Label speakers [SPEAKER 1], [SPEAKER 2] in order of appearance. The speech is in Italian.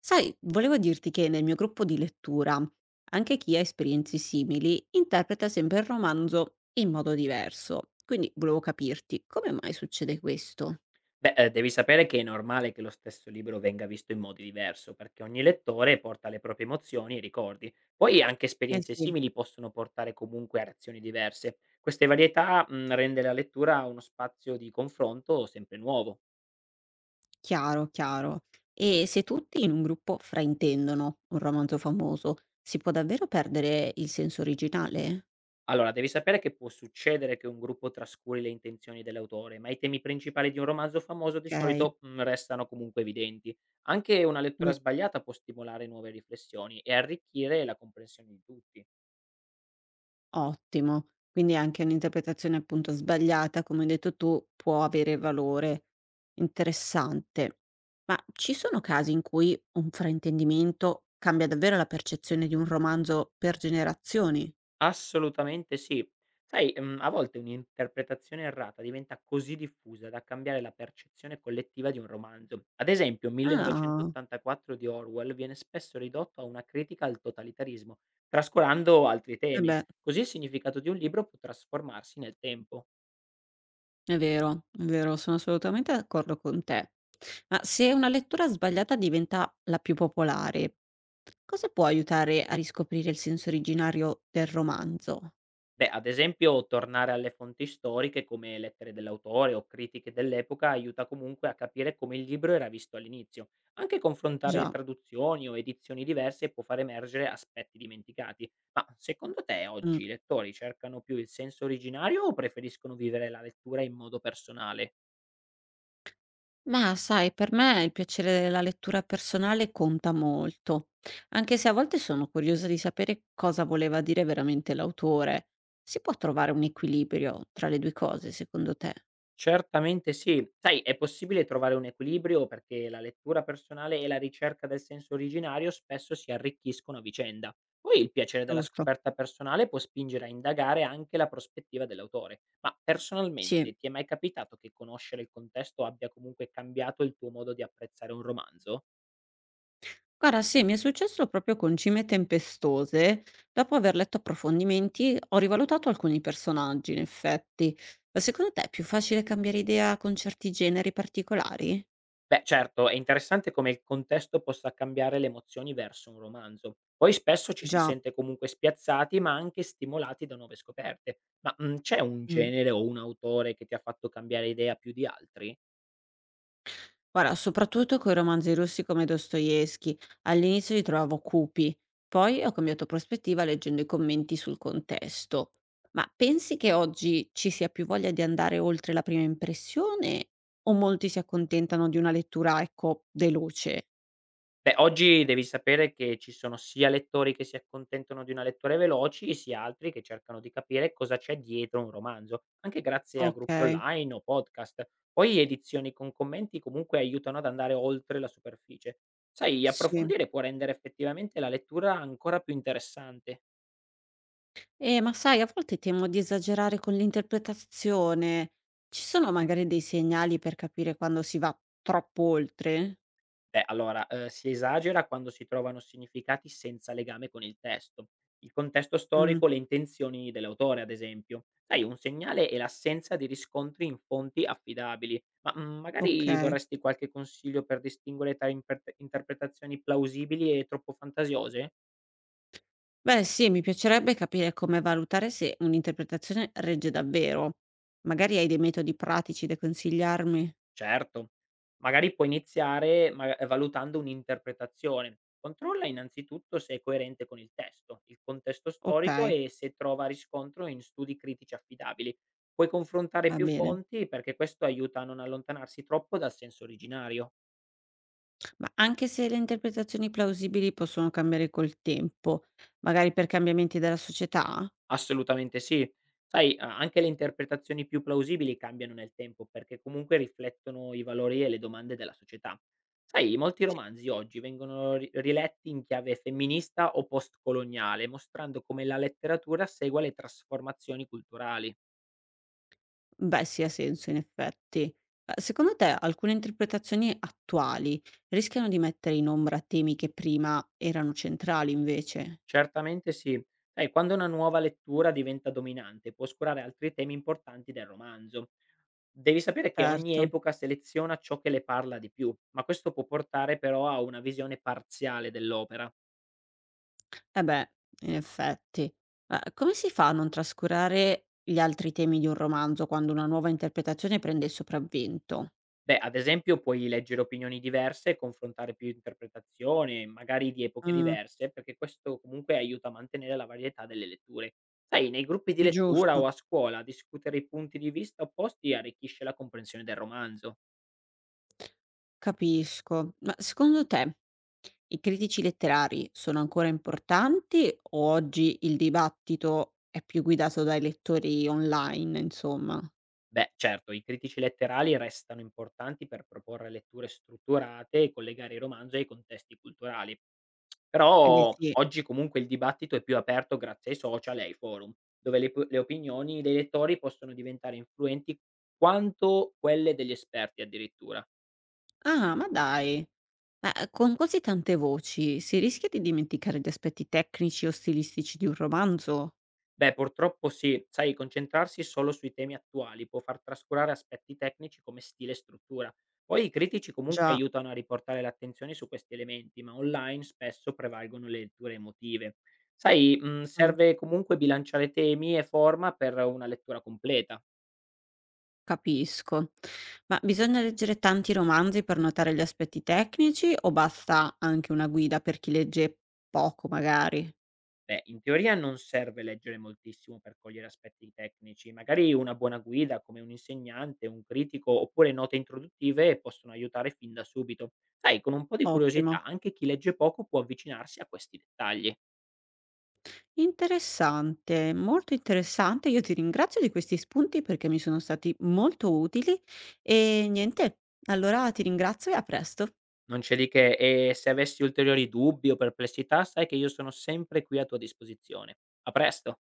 [SPEAKER 1] Sai, volevo dirti che nel mio gruppo di lettura, anche chi ha esperienze simili interpreta sempre il romanzo in modo diverso. Quindi volevo capirti come mai succede questo?
[SPEAKER 2] Beh, devi sapere che è normale che lo stesso libro venga visto in modi diverso, perché ogni lettore porta le proprie emozioni e ricordi. Poi anche
[SPEAKER 1] Eh
[SPEAKER 2] esperienze
[SPEAKER 1] sì,
[SPEAKER 2] simili possono portare comunque a reazioni diverse. Queste varietà, rende la lettura uno spazio di confronto sempre nuovo.
[SPEAKER 1] chiaro, chiaro. E se tutti in un gruppo fraintendono un romanzo famoso, si può davvero perdere il senso originale?
[SPEAKER 2] Allora, devi sapere che può succedere che un gruppo trascuri le intenzioni dell'autore, ma i temi principali di un romanzo famoso di
[SPEAKER 1] Ok.
[SPEAKER 2] solito, restano comunque evidenti. Anche una lettura sbagliata può stimolare nuove riflessioni e arricchire la comprensione di tutti.
[SPEAKER 1] Ottimo. Quindi anche un'interpretazione appunto sbagliata, come hai detto tu, può avere valore. Interessante. Ma ci sono casi in cui un fraintendimento cambia davvero la percezione di un romanzo per generazioni?
[SPEAKER 2] Assolutamente sì. Sai, a volte un'interpretazione errata diventa così diffusa da cambiare la percezione collettiva di un romanzo. Ad esempio,
[SPEAKER 1] Ah,
[SPEAKER 2] "1984" di Orwell viene spesso ridotto a una critica al totalitarismo, trascurando altri
[SPEAKER 1] eh
[SPEAKER 2] temi.
[SPEAKER 1] beh,
[SPEAKER 2] Così il significato di un libro può trasformarsi nel tempo.
[SPEAKER 1] è vero, sono assolutamente d'accordo con te. Ma se una lettura sbagliata diventa la più popolare, cosa può aiutare a riscoprire il senso originario del romanzo?
[SPEAKER 2] Beh, ad esempio tornare alle fonti storiche come lettere dell'autore o critiche dell'epoca aiuta comunque a capire come il libro era visto all'inizio. Anche confrontare
[SPEAKER 1] Già.
[SPEAKER 2] traduzioni o edizioni diverse può far emergere aspetti dimenticati. Ma secondo te
[SPEAKER 1] Mm.
[SPEAKER 2] oggi i lettori cercano più il senso originario o preferiscono vivere la lettura in modo personale?
[SPEAKER 1] Mah, sai, per me il piacere della lettura personale conta molto, anche se a volte sono curiosa di sapere cosa voleva dire veramente l'autore. Si può trovare un equilibrio tra le due cose, secondo te?
[SPEAKER 2] Certamente sì. Sai, è possibile trovare un equilibrio perché la lettura personale e la ricerca del senso originario spesso si arricchiscono a vicenda. Poi il piacere della
[SPEAKER 1] Giusto,
[SPEAKER 2] scoperta personale può spingere a indagare anche la prospettiva dell'autore. Ma
[SPEAKER 1] sì.
[SPEAKER 2] personalmente ti è mai capitato che conoscere il contesto abbia comunque cambiato il tuo modo di apprezzare un romanzo?
[SPEAKER 1] Guarda, sì, mi è successo proprio con Cime tempestose. Dopo aver letto approfondimenti, ho rivalutato alcuni personaggi, in effetti. Ma secondo te è più facile cambiare idea con certi generi particolari?
[SPEAKER 2] Beh, certo, è interessante come il contesto possa cambiare le emozioni verso un romanzo. Poi spesso ci si
[SPEAKER 1] Già.
[SPEAKER 2] sente comunque spiazzati, ma anche stimolati da nuove scoperte. Ma c'è un genere o un autore che ti ha fatto cambiare idea più di altri?
[SPEAKER 1] Guarda, soprattutto coi romanzi russi come Dostoevskij, all'inizio li trovavo cupi, poi ho cambiato prospettiva leggendo i commenti sul contesto. Ma pensi che oggi ci sia più voglia di andare oltre la prima impressione o molti si accontentano di una lettura, ecco, veloce?
[SPEAKER 2] Beh, oggi devi sapere che ci sono sia lettori che si accontentano di una lettura veloci, sia altri che cercano di capire cosa c'è dietro un romanzo, anche grazie a gruppi
[SPEAKER 1] Okay,
[SPEAKER 2] online o podcast. Poi edizioni con commenti comunque aiutano ad andare oltre la superficie. Sai,
[SPEAKER 1] sì.
[SPEAKER 2] approfondire può rendere effettivamente la lettura ancora più interessante.
[SPEAKER 1] Ma sai, a volte temo di esagerare con l'interpretazione. Ci sono magari dei segnali per capire quando si va troppo oltre?
[SPEAKER 2] Beh, allora, si esagera quando si trovano significati senza legame con il testo, il contesto
[SPEAKER 1] Mh,
[SPEAKER 2] storico, le intenzioni dell'autore, ad esempio. Sai, un segnale è l'assenza di riscontri in fonti affidabili. Ma, magari
[SPEAKER 1] okay.
[SPEAKER 2] vorresti qualche consiglio per distinguere tra impert interpretazioni plausibili e troppo fantasiose?
[SPEAKER 1] Beh, sì, mi piacerebbe capire come valutare se un'interpretazione regge davvero. Magari hai dei metodi pratici da consigliarmi?
[SPEAKER 2] Certo, magari puoi iniziare ma valutando un'interpretazione. Controlla innanzitutto se è coerente con il testo, il contesto storico
[SPEAKER 1] Okay,
[SPEAKER 2] e se trova riscontro in studi critici affidabili. Puoi confrontare
[SPEAKER 1] va
[SPEAKER 2] più
[SPEAKER 1] bene.
[SPEAKER 2] fonti perché questo aiuta a non allontanarsi troppo dal senso originario.
[SPEAKER 1] Ma anche se le interpretazioni plausibili possono cambiare col tempo, magari per cambiamenti della società?
[SPEAKER 2] Assolutamente sì. Sai, a anche le interpretazioni più plausibili cambiano nel tempo, perché comunque riflettono i valori e le domande della società. Sai, molti
[SPEAKER 1] Sì.
[SPEAKER 2] romanzi oggi vengono ri riletti in chiave femminista o postcoloniale, mostrando come la letteratura segua le trasformazioni culturali.
[SPEAKER 1] Beh, sì, ha senso in effetti. Ma secondo te alcune interpretazioni attuali rischiano di mettere in ombra temi che prima erano centrali invece?
[SPEAKER 2] Certamente sì. Sai, quando una nuova lettura diventa dominante, può oscurare altri temi importanti del romanzo. Devi sapere che
[SPEAKER 1] Certo.
[SPEAKER 2] ogni epoca seleziona ciò che le parla di più, ma questo può portare però a una visione parziale dell'opera.
[SPEAKER 1] Eh beh, in effetti. Ma come si fa a non trascurare gli altri temi di un romanzo quando una nuova interpretazione prende il sopravvento?
[SPEAKER 2] Beh, ad esempio puoi leggere opinioni diverse e confrontare più interpretazioni, magari di epoche
[SPEAKER 1] Mh,
[SPEAKER 2] diverse, perché questo comunque aiuta a mantenere la varietà delle letture. Sai, nei gruppi di lettura o
[SPEAKER 1] giusto,
[SPEAKER 2] a scuola discutere i punti di vista opposti arricchisce la comprensione del romanzo.
[SPEAKER 1] capisco. Ma secondo te i critici letterari sono ancora importanti o oggi il dibattito è più guidato dai lettori online, insomma?
[SPEAKER 2] Beh, certo, i critici letterali restano importanti per proporre letture strutturate e collegare i romanzi ai contesti culturali.
[SPEAKER 1] Eh beh
[SPEAKER 2] Però
[SPEAKER 1] sì.
[SPEAKER 2] oggi comunque il dibattito è più aperto grazie ai social e ai forum, dove le opinioni dei lettori possono diventare influenti quanto quelle degli esperti addirittura.
[SPEAKER 1] Ah, ma dai. Ma con così tante voci si rischia di dimenticare gli aspetti tecnici o stilistici di un romanzo?
[SPEAKER 2] Beh, purtroppo sì. Sai, concentrarsi solo sui temi attuali può far trascurare aspetti tecnici come stile e struttura. Poi i critici comunque
[SPEAKER 1] Già.
[SPEAKER 2] aiutano a riportare l'attenzione su questi elementi, ma online spesso prevalgono le letture emotive. Sai,
[SPEAKER 1] Mh.
[SPEAKER 2] serve comunque bilanciare temi e forma per una lettura completa.
[SPEAKER 1] Capisco. Ma bisogna leggere tanti romanzi per notare gli aspetti tecnici o basta anche una guida per chi legge poco magari?
[SPEAKER 2] Beh, in teoria non serve leggere moltissimo per cogliere aspetti tecnici, magari una buona guida come un insegnante, un critico oppure note introduttive possono aiutare fin da subito. Sai, con un po' di
[SPEAKER 1] Ottimo.
[SPEAKER 2] curiosità anche chi legge poco può avvicinarsi a questi dettagli.
[SPEAKER 1] Interessante, molto interessante. Io ti ringrazio di questi spunti perché mi sono stati molto utili e niente, allora ti ringrazio e a presto.
[SPEAKER 2] Non c'è di che e se avessi ulteriori dubbi o perplessità sai che io sono sempre qui a tua disposizione. A presto!